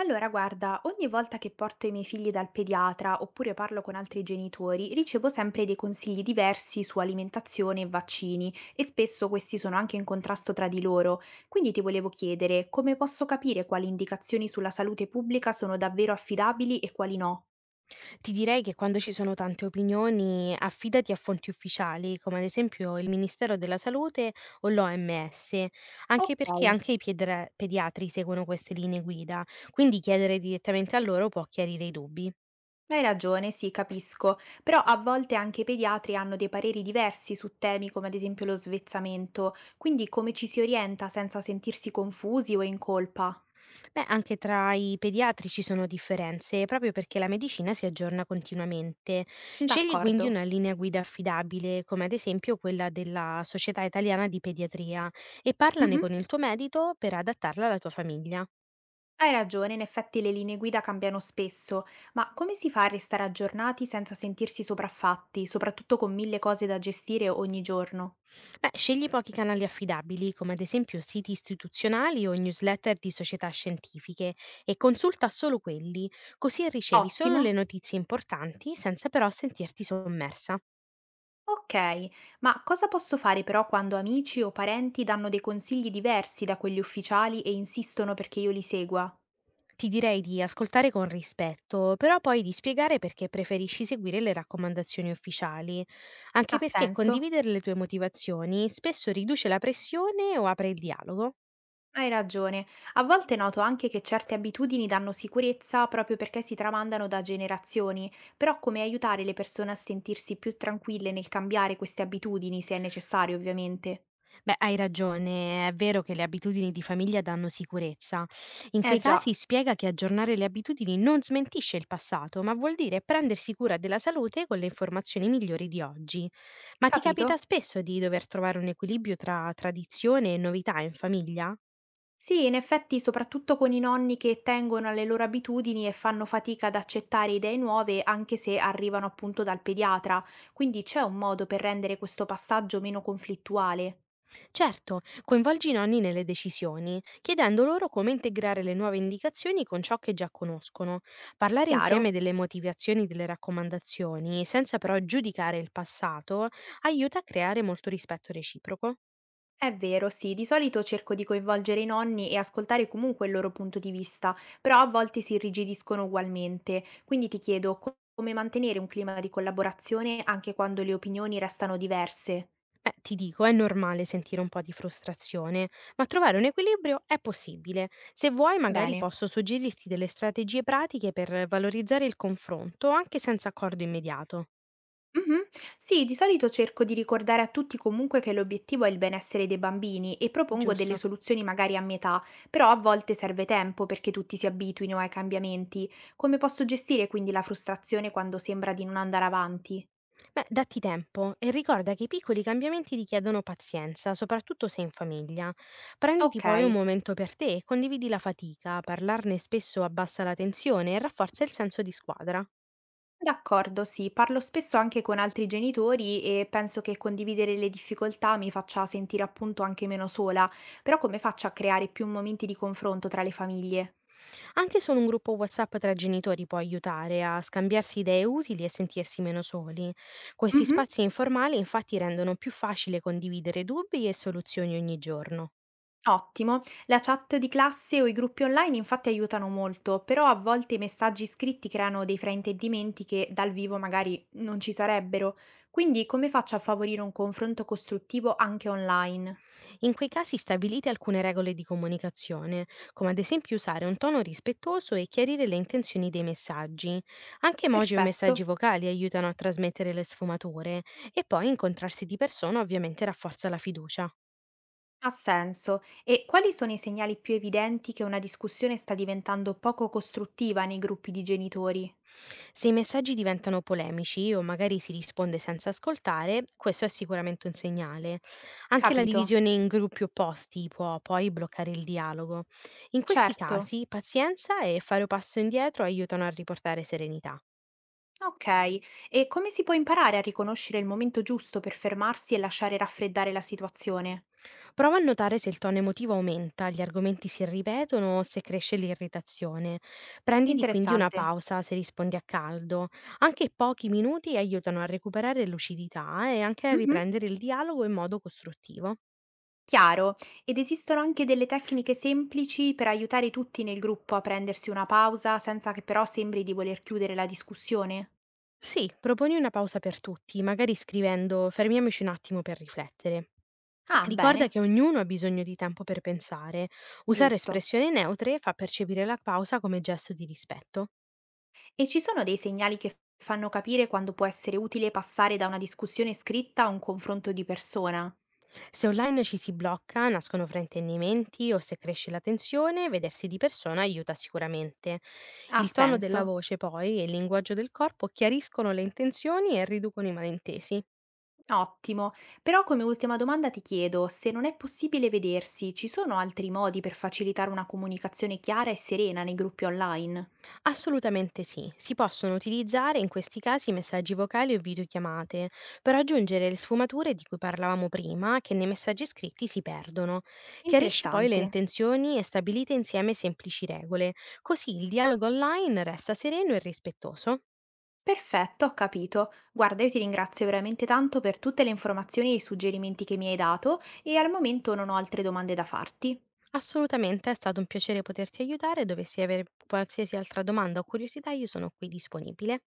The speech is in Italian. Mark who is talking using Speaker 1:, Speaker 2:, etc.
Speaker 1: Allora, guarda, ogni volta che porto i miei figli dal pediatra oppure parlo con altri genitori, ricevo sempre dei consigli diversi su alimentazione e vaccini e spesso questi sono anche in contrasto tra di loro. Quindi ti volevo chiedere come posso capire quali indicazioni sulla salute pubblica sono davvero affidabili e quali no?
Speaker 2: Ti direi che quando ci sono tante opinioni affidati a fonti ufficiali, come ad esempio il Ministero della Salute o l'OMS, anche perché
Speaker 1: Ok,
Speaker 2: anche i pediatri seguono queste linee guida, quindi chiedere direttamente a loro può chiarire i dubbi.
Speaker 1: hai ragione, sì, capisco, però a volte anche i pediatri hanno dei pareri diversi su temi come ad esempio lo svezzamento, quindi come ci si orienta senza sentirsi confusi o in colpa?
Speaker 2: Beh, anche tra i pediatri ci sono differenze, proprio perché la medicina si aggiorna continuamente. Scegli quindi
Speaker 1: D'accordo.
Speaker 2: una linea guida affidabile, come ad esempio quella della Società Italiana di Pediatria, e parlane
Speaker 1: Mhm.
Speaker 2: con il tuo medico per adattarla alla tua famiglia.
Speaker 1: Hai ragione, in effetti le linee guida cambiano spesso, ma come si fa a restare aggiornati senza sentirsi sopraffatti, soprattutto con mille cose da gestire ogni giorno?
Speaker 2: Beh, scegli pochi canali affidabili, come ad esempio siti istituzionali o newsletter di società scientifiche, e consulta solo quelli, così ricevi solo le
Speaker 1: Ottimo.
Speaker 2: notizie importanti senza però sentirti sommersa.
Speaker 1: Ok, ma cosa posso fare però quando amici o parenti danno dei consigli diversi da quelli ufficiali e insistono perché io li segua?
Speaker 2: Ti direi di ascoltare con rispetto, però poi di spiegare perché preferisci seguire le raccomandazioni ufficiali, anche
Speaker 1: Ha
Speaker 2: perché
Speaker 1: senso?
Speaker 2: condividere le tue motivazioni spesso riduce la pressione o apre il dialogo.
Speaker 1: Hai ragione. A volte noto anche che certe abitudini danno sicurezza proprio perché si tramandano da generazioni, però come aiutare le persone a sentirsi più tranquille nel cambiare queste abitudini, se è necessario, ovviamente?
Speaker 2: Beh, hai ragione, è vero che le abitudini di famiglia danno sicurezza. In quei
Speaker 1: Eh già,
Speaker 2: casi spiega che aggiornare le abitudini non smentisce il passato, ma vuol dire prendersi cura della salute con le informazioni migliori di oggi. Ma ti capita
Speaker 1: capito?
Speaker 2: spesso di dover trovare un equilibrio tra tradizione e novità in famiglia?
Speaker 1: Sì, in effetti, soprattutto con i nonni che tengono alle loro abitudini e fanno fatica ad accettare idee nuove, anche se arrivano appunto dal pediatra. Quindi c'è un modo per rendere questo passaggio meno conflittuale.
Speaker 2: Certo, coinvolgi i nonni nelle decisioni, chiedendo loro come integrare le nuove indicazioni con ciò che già conoscono. Parlare insieme
Speaker 1: Chiaro?
Speaker 2: delle motivazioni delle raccomandazioni, senza però giudicare il passato, aiuta a creare molto rispetto reciproco.
Speaker 1: È vero, sì, di solito cerco di coinvolgere i nonni e ascoltare comunque il loro punto di vista, però a volte si irrigidiscono ugualmente. Quindi ti chiedo come mantenere un clima di collaborazione anche quando le opinioni restano diverse.
Speaker 2: Beh, ti dico, è normale sentire un po' di frustrazione, ma trovare un equilibrio è possibile. Se vuoi, magari
Speaker 1: Bene.
Speaker 2: posso suggerirti delle strategie pratiche per valorizzare il confronto, anche senza accordo immediato.
Speaker 1: Mhm. Sì, di solito cerco di ricordare a tutti comunque che l'obiettivo è il benessere dei bambini e propongo delle
Speaker 2: Giusto.
Speaker 1: soluzioni magari a metà, però a volte serve tempo perché tutti si abituino ai cambiamenti. Come posso gestire quindi la frustrazione quando sembra di non andare avanti?
Speaker 2: Beh, datti tempo e ricorda che i piccoli cambiamenti richiedono pazienza, soprattutto se in famiglia. Prenditi
Speaker 1: Ok.
Speaker 2: poi un momento per te e condividi la fatica, parlarne spesso abbassa la tensione e rafforza il senso di squadra.
Speaker 1: D'accordo, sì, parlo spesso anche con altri genitori e penso che condividere le difficoltà mi faccia sentire appunto anche meno sola, però come faccio a creare più momenti di confronto tra le famiglie?
Speaker 2: Anche solo un gruppo WhatsApp tra genitori può aiutare a scambiarsi idee utili e sentirsi meno soli. Questi
Speaker 1: Mhm.
Speaker 2: spazi informali infatti rendono più facile condividere dubbi e soluzioni ogni giorno.
Speaker 1: Ottimo, la chat di classe o i gruppi online infatti aiutano molto, però a volte i messaggi scritti creano dei fraintendimenti che dal vivo magari non ci sarebbero, quindi come faccio a favorire un confronto costruttivo anche online?
Speaker 2: In quei casi stabilite alcune regole di comunicazione, come ad esempio usare un tono rispettoso e chiarire le intenzioni dei messaggi. Anche emoji o
Speaker 1: Perfetto.
Speaker 2: messaggi vocali aiutano a trasmettere le sfumature e poi incontrarsi di persona ovviamente rafforza la fiducia.
Speaker 1: Ha senso. E quali sono i segnali più evidenti che una discussione sta diventando poco costruttiva nei gruppi di genitori?
Speaker 2: Se i messaggi diventano polemici o magari si risponde senza ascoltare, questo è sicuramente un segnale. Anche la
Speaker 1: Capito?
Speaker 2: divisione in gruppi opposti può poi bloccare il dialogo. In questi
Speaker 1: Certo.
Speaker 2: casi, pazienza e fare un passo indietro aiutano a riportare serenità.
Speaker 1: Ok. E come si può imparare a riconoscere il momento giusto per fermarsi e lasciare raffreddare la situazione?
Speaker 2: Prova a notare se il tono emotivo aumenta, gli argomenti si ripetono o se cresce l'irritazione. Prenditi quindi una
Speaker 1: Interessante.
Speaker 2: pausa se rispondi a caldo. Anche pochi minuti aiutano a recuperare lucidità e anche a
Speaker 1: Mhm.
Speaker 2: riprendere il dialogo in modo costruttivo.
Speaker 1: Chiaro. Ed esistono anche delle tecniche semplici per aiutare tutti nel gruppo a prendersi una pausa senza che però sembri di voler chiudere la discussione?
Speaker 2: Sì, proponi una pausa per tutti, magari scrivendo fermiamoci un attimo per riflettere.
Speaker 1: Ah,
Speaker 2: Ricorda
Speaker 1: bene.
Speaker 2: che ognuno ha bisogno di tempo per pensare. Usare
Speaker 1: Giusto.
Speaker 2: espressioni neutre fa percepire la pausa come gesto di rispetto.
Speaker 1: E ci sono dei segnali che fanno capire quando può essere utile passare da una discussione scritta a un confronto di persona?
Speaker 2: Se online ci si blocca, nascono fraintendimenti o se cresce la tensione, vedersi di persona aiuta sicuramente.
Speaker 1: Ha
Speaker 2: Il tono della
Speaker 1: senso.
Speaker 2: voce, poi, e il linguaggio del corpo chiariscono le intenzioni e riducono i malintesi.
Speaker 1: Ottimo. Però come ultima domanda ti chiedo, se non è possibile vedersi, ci sono altri modi per facilitare una comunicazione chiara e serena nei gruppi online?
Speaker 2: Assolutamente sì, si possono utilizzare in questi casi messaggi vocali o videochiamate per aggiungere le sfumature di cui parlavamo prima che nei messaggi scritti si perdono. Chiarisci poi le
Speaker 1: Interessante.
Speaker 2: intenzioni e stabilite insieme semplici regole, così il dialogo online resta sereno e rispettoso.
Speaker 1: Perfetto, ho capito. Guarda, io ti ringrazio veramente tanto per tutte le informazioni e i suggerimenti che mi hai dato e al momento non ho altre domande da farti.
Speaker 2: Assolutamente, è stato un piacere poterti aiutare. Dovessi avere qualsiasi altra domanda o curiosità, io sono qui disponibile.